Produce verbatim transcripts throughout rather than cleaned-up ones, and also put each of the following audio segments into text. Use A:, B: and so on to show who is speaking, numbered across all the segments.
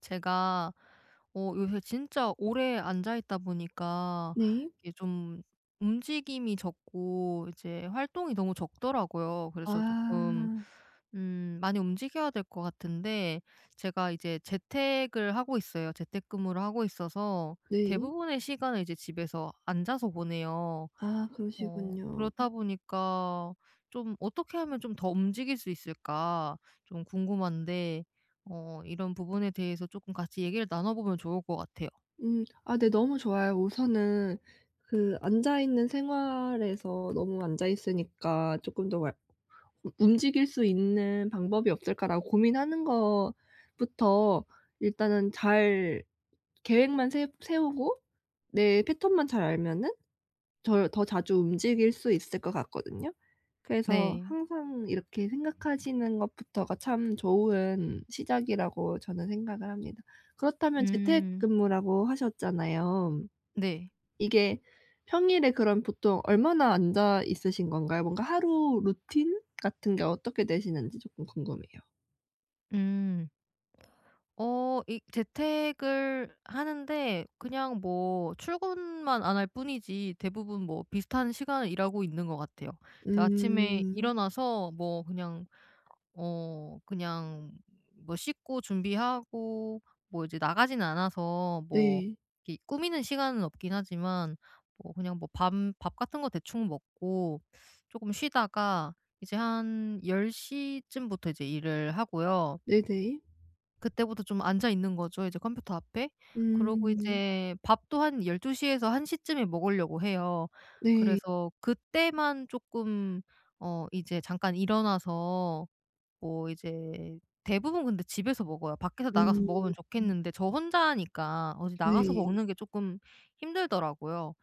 A: 제가 어 요새 진짜 오래 앉아 있다 보니까
B: 네.
A: 이게 좀 움직임이 적고 이제 활동이 너무 적더라고요.
B: 아
A: 그래서 조금 음 많이 움직여야 될 것 같은데, 제가 이제 재택을 하고 있어요. 재택근무를 하고 있어서
B: 네.
A: 대부분의 시간을 이제 집에서 앉아서 보내요.
B: 아
A: 어
B: 그러시군요.
A: 그렇다 보니까 좀 어떻게 하면 좀 더 움직일 수 있을까 좀 궁금한데, 어 이런 부분에 대해서 조금 같이 얘기를 나눠보면 좋을 것 같아요.
B: 음. 아 네 너무 좋아요. 우선은 그 앉아 있는 생활에서 너무 앉아 있으니까 쪼끔 더 왈 '우 움직일 수 있는 방법이 없을까.'라고 고민하는 것부터 일단은 잘 계획만 세 세우고 내 패턴만 잘 알면은 절 더 자주 움직일 수 있을 것 같거든요. 그래서
A: 네.
B: 항상 이렇게 생각하시는 것부터가 참 좋은 시작이라고 저는 생각을 합니다. 그렇다면
A: 음.
B: 재택근무라고 하셨잖아요.
A: 네.
B: 이게 평일에 그럼 보통 얼마나 앉아 있으신 건가요? 뭔가 하루 루틴 같은 게 어떻게 되시는지 조금 궁금해요.
A: 음. 어 이 재택을 하는데 그냥 뭐 출근만 안 할 뿐이지 대부분 뭐 비슷한 시간을 일하고 있는 것 같아요. 저 아침에
B: 음.
A: 일어나서 뭐 그냥 어 그냥 뭐 씻고 준비하고, 뭐 이제 나가진 않아서 뭐
B: 네.
A: 이렇게 꾸미는 시간은 없긴 하지만, 뭐 그냥 뭐 밥 밥 같은 거 대충 먹고 조금 쉬다가 이제 한 10 시쯤부터 이제 일을 하고요.
B: 네네.
A: 그때부터 좀 앉아 있는 거죠, 이제 컴퓨터 앞에. 그러고
B: 음.
A: 이제 밥도 한 12 시에서 1 시쯤에 먹으려고 해요.
B: 네.
A: 그래서 그때만 조금 어 이제 잠깐 일어나서 뭐 이제 대부분 근데 집에서 먹어요. 밖에서 나가서
B: 음.
A: 먹으면 좋겠는데 저 혼자니까 어디 나가서
B: 네.
A: 먹는 게 조금 힘들더라고요.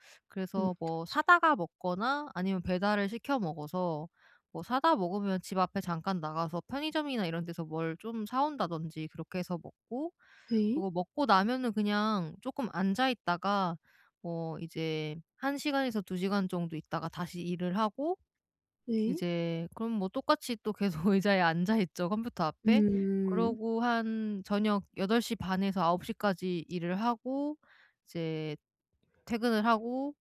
B: 음
A: 그래서 뭐
B: 그렇죠.
A: 사다가 먹거나 아니면 배달을 시켜 먹어서, 뭐 사다 먹으면 집 앞에 잠깐 나가서 편의점이나 이런 데서 뭘 좀 사 온다든지 그렇게 해서 먹고,
B: 네.
A: 그리고 먹고 나면은 그냥 조금 앉아 있다가 뭐 이제 한 시간에서 두 시간 정도 있다가 다시 일을 하고,
B: 네.
A: 이제 그럼 뭐 똑같이 또 계속 의자에 앉아 있죠, 컴퓨터 앞에.
B: 음.
A: 그러고 한 저녁 여덟 시 반 에서 아홉 시 까지 일을 하고 이제 퇴근을 하고,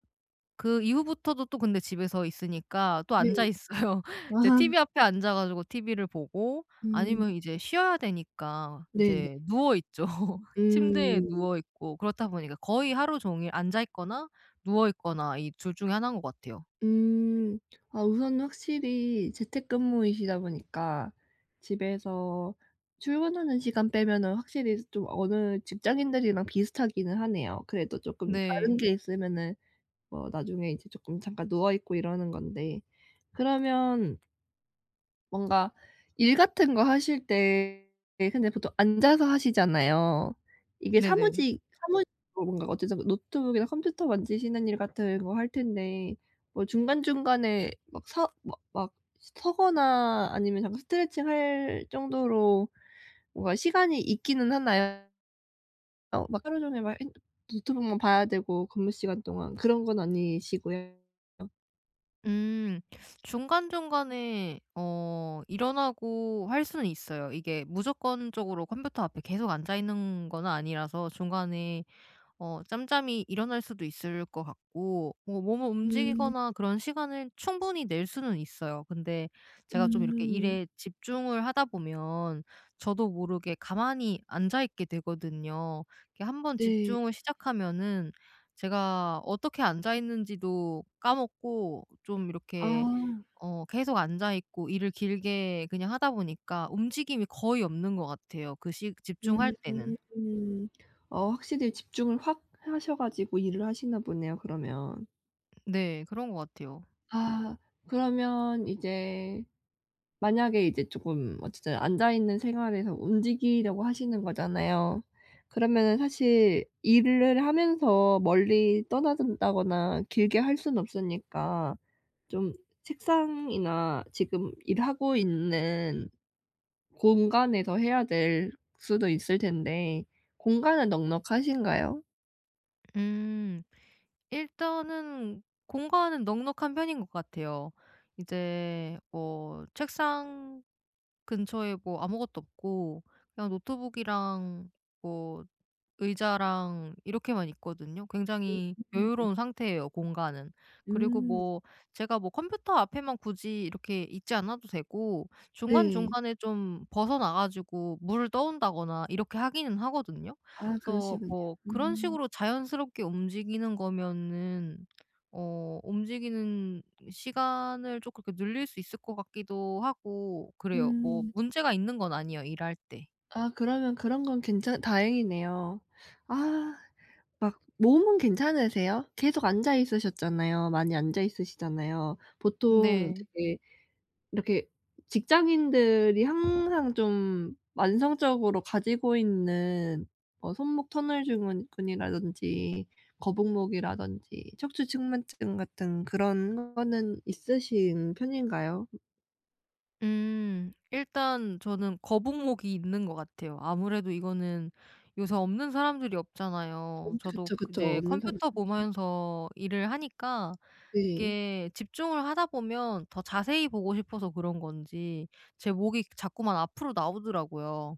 A: 그 이후부터도 또 근데 집에서 있으니까 또
B: 네.
A: 앉아 있어요. 이제
B: 아.
A: 티브이 앞에 앉아 가지고 티브이를 보고,
B: 음.
A: 아니면 이제 쉬어야 되니까
B: 네네.
A: 이제 누워 있죠. 침대에
B: 음.
A: 누워 있고 그렇다 보니까 거의 하루 종일 앉아 있거나 누워 있거나 이 둘 중에 하나인 것 같아요.
B: 음. 아 우선 확실히 재택근무이시다 보니까 집에서 출근하는 시간 빼면은 확실히 좀 어느 직장인들이랑 비슷하기는 하네요. 그래도 쪼끔 다른
A: 네.
B: 게 있으면은 뭐 나중에 이제 쪼끔 잠깐 누워 있고 이러는 건데. 그러면 뭔가 일 같은 거 하실 때 근데 보통 앉아서 하시잖아요. 이게
A: 네네.
B: 사무직 사무직으로 뭔가 어쨌든 뭐 노트북이나 컴퓨터 만지시는 일 같은 거 할 텐데 뭐 중간중간에 막 서 막 막 서거나 아니면 잠깐 스트레칭 할 정도로 뭔가 시간이 있기는 하나요? 막 하루 종일 막 핸 노트북만 봐야 되고 근무 시간 동안 그런 건 아니시고요?
A: 음. 중간중간에 어 일어나고 할 수는 있어요. 이게 무조건적으로 컴퓨터 앞에 계속 앉아 있는 건 아니라서 중간에 어 짬짬이 일어날 수도 있을 것 같고, 뭐 몸을
B: 음.
A: 움직이거나 그런 시간을 충분히 낼 수는 있어요. 근데 제가 좀 이렇게
B: 음.
A: 일에 집중을 하다 보면 저도 모르게 가만히 앉아 있게 되거든요. 이렇게 한번
B: 네.
A: 집중을 시작하면은 제가 어떻게 앉아 있는지도 까먹고 좀
B: 아.
A: 이렇게 어 계속 앉아 있고 일을 길게 그냥 하다 보니까 움직임이 거의 없는 것 같아요. 그 시 집중할 때는.
B: 음. 어 확실히 집중을 확 하셔 가지고 일을 하시나 보네요 그러면.
A: 네. 그런 것 같아요.
B: 아 그러면 이제 만약에 이제 쪼끔 어쨌든 앉아 있는 생활에서 움직이려고 하시는 거잖아요. 그러면은 사실 일을 하면서 멀리 떠나든다거나 길게 할 수는 없으니까 좀 책상이나 지금 일하고 있는 공간에서 해야 될 수도 있을 텐데 공간은 넉넉하신가요?
A: 음. 일단은 공간은 넉넉한 편인 것 같아요. 이제 뭐 책상 근처에 뭐 아무것도 없고 그냥 노트북이랑 뭐 의자랑 이렇게만 있거든요. 굉장히
B: 음.
A: 여유로운 상태예요, 공간은. 그리고
B: 음.
A: 뭐 제가 뭐 컴퓨터 앞에만 굳이 이렇게 있지 않아도 되고
B: 네.
A: 중간중간에 좀 벗어나 가지고 물을 떠온다거나 이렇게 하기는 하거든요.
B: 아
A: 그래서
B: 그러시군요.
A: 뭐 그런
B: 음.
A: 식으로 자연스럽게 움직이는 거면은 어 움직이는 시간을 조금 이렇게 늘릴 수 있을 것 같기도 하고 그래요. 뭐
B: 음.
A: 문제가 있는 건 아니에요, 일할 때.
B: 아 그러면 그런 건 괜찮 다행이네요. 아막 몸은 괜찮으세요? 계속 앉아 있으셨잖아요. 많이 앉아 있으시잖아요. 보통
A: 네.
B: 되게 이렇게 직장인들이 항상 좀 만성적으로 가지고 있는 뭐 손목 터널 증후군이라든지 거북목이라든지 척추 측만증 같은 그런 거는 있으신 편인가요?
A: 음. 일단 저는 거북목이 있는 것 같아요. 아무래도 이거는 요새 없는 사람들이 없잖아요.
B: 음
A: 저도
B: 그쵸, 그쵸.
A: 이제
B: 없는 사람
A: 컴퓨터
B: 많죠.
A: 보면서 일을 하니까
B: 네.
A: 이게 집중을 하다 보면 더 자세히 보고 싶어서 그런 건지 제 목이 자꾸만 앞으로 나오더라고요.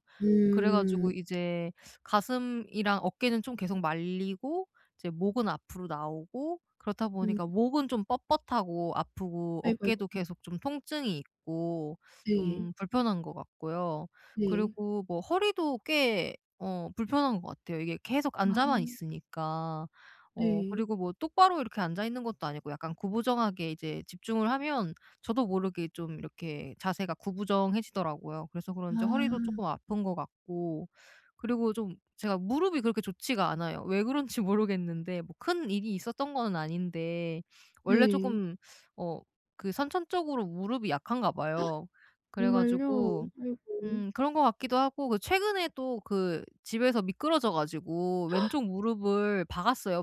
A: 그래 가지고
B: 음.
A: 이제 가슴이랑 어깨는 좀 계속 말리고, 이제 목은 앞으로 나오고 그렇다
B: 음.
A: 보니까 목은 좀 뻣뻣하고 아프고
B: 아이고, 아이고.
A: 어깨도 계속 좀 통증이 있고
B: 네.
A: 좀 불편한 것 같고요.
B: 네.
A: 그리고 뭐 허리도 꽤 어 불편한 것 같아요. 이게 계속
B: 아
A: 앉아만 있으니까. 어
B: 네.
A: 그리고 뭐 똑바로 이렇게 앉아 있는 것도 아니고 약간 구부정하게 이제 집중을 하면 저도 모르게 좀 이렇게 자세가 구부정해지더라고요. 그래서 그런지 허리도
B: 아
A: 조금 아픈 것 같고, 그리고 좀 제가 무릎이 그렇게 좋지가 않아요. 왜 그런지 모르겠는데 뭐 큰 일이 있었던 거는 아닌데 원래
B: 네.
A: 조금 어 그 선천적으로 무릎이 약한가 봐요. 그래
B: 정말요?
A: 가지고
B: 아이고.
A: 음 그런 것 같기도 하고, 그 최근에 또 그 집에서 미끄러져 가지고 왼쪽 무릎을 박았어요,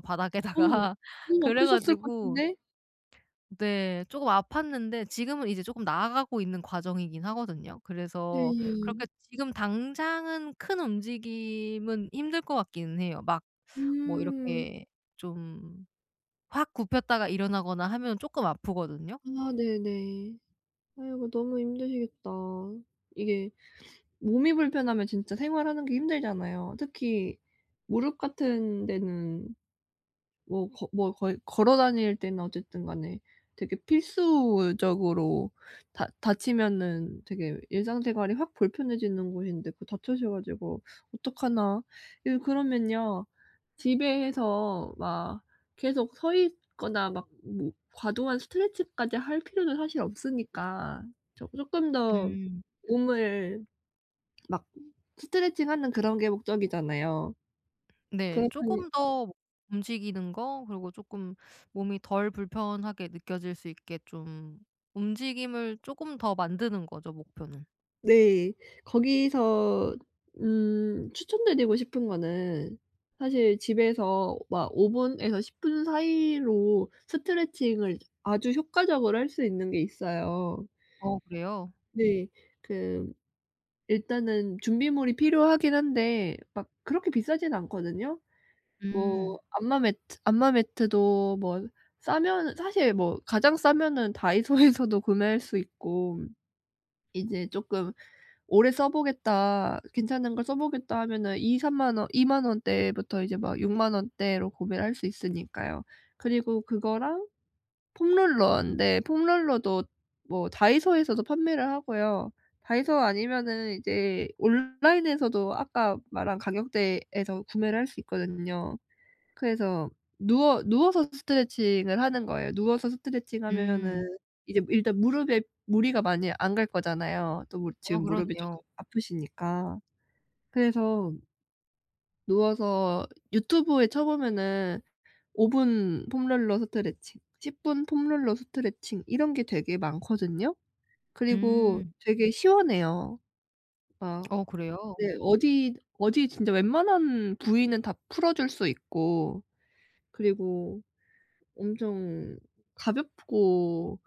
B: 어머.
A: 바닥에다가.
B: 너무
A: 그래
B: 아프셨을 것
A: 가지고.
B: 같은데?
A: 네. 조금 아팠는데 지금은 이제 조금 나아가고 있는 과정이긴 하거든요. 그래서
B: 네.
A: 그렇게 지금 당장은 큰 움직임은 힘들 것 같기는 해요. 막 뭐
B: 음.
A: 이렇게 좀 확 굽혔다가 일어나거나 하면 쪼끔 아프거든요.
B: 아 네네. 아이고 너무 힘드시겠다. 이게 몸이 불편하면 진짜 생활하는 게 힘들잖아요. 특히 무릎 같은 데는 뭐 거 뭐 거의 걸어 다닐 때는 어쨌든 간에 되게 필수적으로 다 다치면은 되게 일상생활이 확 불편해지는 곳인데 그 다치셔 가지고 어떡하나. 예 그러면요. 집에서 막 계속 서 있거나 막 뭐 과도한 스트레칭까지 할 필요는 사실 없으니까 조 쪼끔 더
A: 음.
B: 몸을 막 스트레칭하는 그런 게 목적이잖아요.
A: 네.
B: 그렇다니
A: 쪼금 더 움직이는 거, 그리고 쪼끔 몸이 덜 불편하게 느껴질 수 있게 좀 움직임을 쪼금 더 만드는 거죠, 목표는.
B: 네. 거기서 음 추천드리고 싶은 거는 사실 집에서 막 오 분에서 십 분 사이로 스트레칭을 아주 효과적으로 할 수 있는 게 있어요.
A: 어, 그래요?
B: 네. 그 일단은 준비물이 필요하긴 한데 막 그렇게 비싸진 않거든요.
A: 음.
B: 뭐 안마 매트 안마 매트도 뭐 싸면 사실 뭐 가장 싸면은 다이소에서도 구매할 수 있고 이제 쪼끔 오래 써보겠다, 괜찮은 걸 써보겠다 하면은 이삼만 원 이만 원대부터 이제 막 육 만 원대로 구매를 할 수 있으니까요. 그리고 그거랑 폼롤러인데 폼롤러도 뭐 다이소에서도 판매를 하고요. 다이소 아니면은 이제 온라인에서도 아까 말한 가격대에서 구매를 할 수 있거든요. 그래서 누워 누워서 스트레칭을 하는 거예요. 누워서 스트레칭하면은
A: 음.
B: 이제 일단 무릎에 무리가 많이 안 갈 거잖아요. 또 무
A: 아,
B: 지금 무릎이
A: 그러네요.
B: 쪼끔 아프시니까. 그래서 누워서 유튜브에 쳐보면은 오 분 폼롤러 스트레칭, 십 분 폼롤러 스트레칭 이런 게 되게 많거든요. 그리고
A: 음.
B: 되게 시원해요. 막
A: 어, 그래요?
B: 네 어디 어디 진짜 웬만한 부위는 다 풀어줄 수 있고 그리고 엄청 가볍고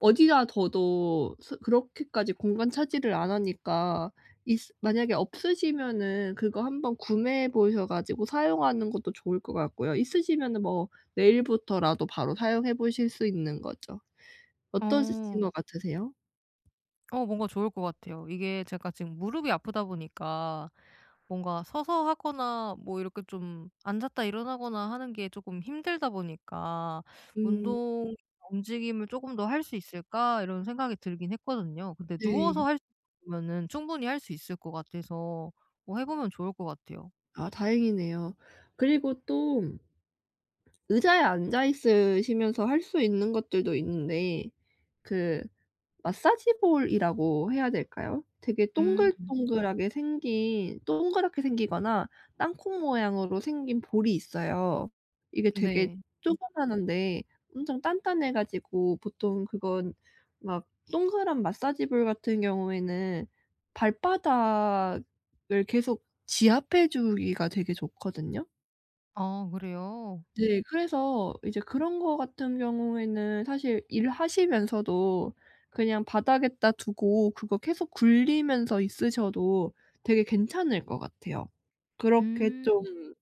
B: 어디다 둬도 스 그렇게까지 공간 차지를 안 하니까 있으 만약에 없으시면은 그거 한번 구매해 보셔 가지고 사용하는 것도 좋을 것 같고요. 있으시면은 뭐 내일부터라도 바로 사용해 보실 수 있는 거죠. 어떠신
A: 어.
B: 것 같으세요?
A: 어 뭔가 좋을 것 같아요. 이게 제가 지금 무릎이 아프다 보니까 뭔가 서서 하거나 뭐 이렇게 좀 앉았다 일어나거나 하는 게 쪼끔 힘들다 보니까
B: 음
A: '운동 움직임을 쪼금 더 할 수 있을까?' 이런 생각이 들긴 했거든요. 근데 누워서
B: 네.
A: 할 수 있으면은 충분히 할 수 있을 것 같아서 뭐 해 보면 좋을 것 같아요.
B: 아 다행이네요. 그리고 또 의자에 앉아 있으시면서 할 수 있는 것들도 있는데 그 마사지볼이라고 해야 될까요? 되게
A: 음,
B: 동글동글하게 생긴 동그랗게 생기거나 땅콩 모양으로 생긴 볼이 있어요. 이게 되게
A: 네.
B: 조그마한데 엄청 단단해 가지고 보통 그건 막 동그란 마사지볼 같은 경우에는 발바닥을 계속 지압해 주기가 되게 좋거든요.
A: 아, 그래요?
B: 네. 그래서 이제 그런 거 같은 경우에는 사실 일하시면서도 그냥 바닥에다 두고 그거 계속 굴리면서 있으셔도 되게 괜찮을 것 같아요. 그렇게
A: 음,
B: 좀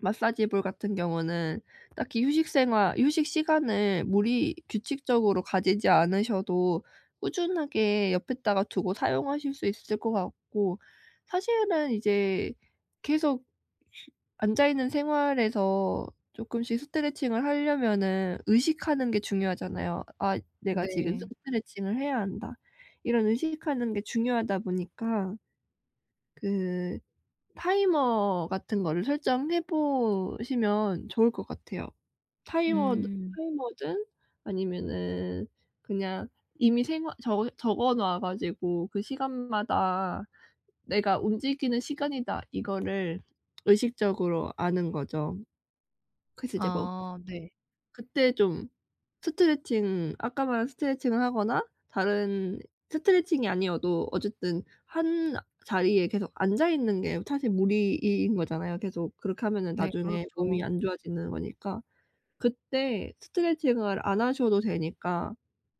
B: 마사지볼 같은 경우는 딱히 휴식 생활 휴식 시간을 무리 규칙적으로 가지지 않으셔도 꾸준하게 옆에다가 두고 사용하실 수 있을 것 같고 사실은 이제 계속 휴 앉아 있는 생활에서 조금씩 스트레칭을 하려면은 의식하는 게 중요하잖아요. '아 내가 지금
A: 네.
B: 스트레칭을 해야 한다.' 이런 의식하는 게 중요하다 보니까 그 타이머 같은 거를 설정해 보시면 좋을 것 같아요. 타이머
A: 음.
B: 타이머든 아니면은 그냥 이미 생활 적 적어 놓아 가지고 그 시간마다 '내가 움직이는 시간이다.' 이거를 의식적으로 아는 거죠. 그래서 이제 뭐
A: 아, 네.
B: 그때 좀 스트레칭 아까 말한 스트레칭을 하거나 다른 스트레칭이 아니어도 어쨌든 한 자리에 계속 앉아 있는 게 사실 무리인 거잖아요. 계속 그렇게 하면은
A: 네,
B: 나중에
A: 그렇죠.
B: 몸이 안 좋아지는 거니까. 그때 스트레칭을 안 하셔도 되니까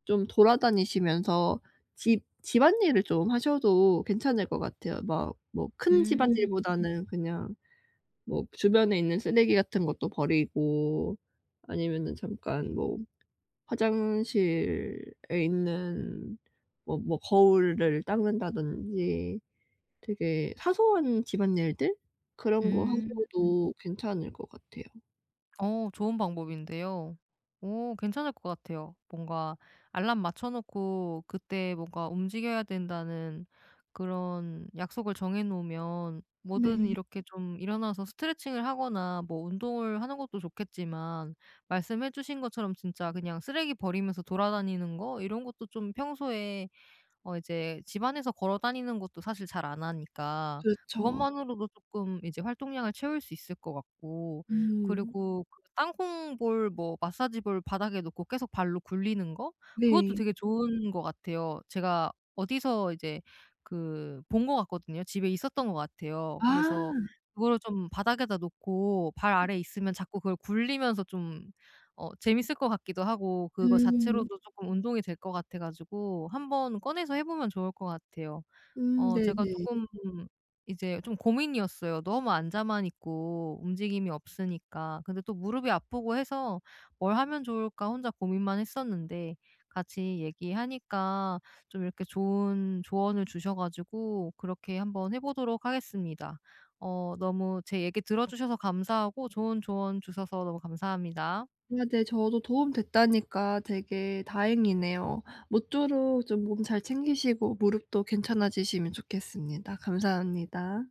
B: 좀 돌아다니시면서 집 집안일을 좀 하셔도 괜찮을 것 같아요. 막 뭐 큰
A: 음.
B: 집안일보다는 그냥 뭐 주변에 있는 쓰레기 같은 것도 버리고 아니면은 잠깐 뭐 화장실에 있는 뭐 뭐 거울을 닦는다든지 되게 사소한 집안일들 그런 거 음.
A: 음.
B: 하셔도 괜찮을 것 같아요.
A: 어 좋은 방법인데요. 오, 괜찮을 것 같아요. 뭔가 알람 맞춰 놓고 그때 뭔가 움직여야 된다는 그런 약속을 정해 놓으면, 뭐든
B: 네.
A: 이렇게 좀 일어나서 스트레칭을 하거나 뭐 운동을 하는 것도 좋겠지만, 말씀해 주신 것처럼 진짜 그냥 쓰레기 버리면서 돌아다니는 거 이런 것도 좀 평소에 어 이제 집안에서 걸어 다니는 것도 사실 잘 안 하니까
B: 그렇죠.
A: 그것만으로도 쪼끔 이제 활동량을 채울 수 있을 것 같고,
B: 음
A: 그리고 그 땅콩 볼 뭐 마사지 볼 바닥에 놓고 계속 발로 굴리는 거 그것도
B: 네.
A: 되게 좋은 것 같아요. 제가 어디서 이제 그 본 것 같거든요. 집에 있었던 것 같아요.
B: 아.
A: 그래서 그거를 좀 바닥에다 놓고 발
B: 네.
A: 아래에 있으면 자꾸 그걸 굴리면서 좀 어 재밌을 것 같기도 하고 그거
B: 음.
A: 자체로도 쪼끔 운동이 될 것 같아 가지고 한번 꺼내서 해 보면 좋을 것 같아요.
B: 음
A: 어 제가
B: 네네.
A: 쪼끔 이제 좀 고민이었어요. 너무 앉아만 있고 움직임이 없으니까. 근데 또 무릎이 아프고 해서 '뭘 하면 좋을까?' 혼자 고민만 했었는데, 같이 얘기하니까 좀 이렇게 좋은 조언을 주셔 가지고 그렇게 한번 해 보도록 하겠습니다. 어 너무 제 얘기 들어 주셔서 감사하고, 좋은 조언 주셔서 너무 감사합니다.
B: 아 네 저도 도움 됐다니까 되게 다행이네요. 모쪼록 좀 몸 잘 챙기시고 무릎도 괜찮아지시면 좋겠습니다. 감사합니다.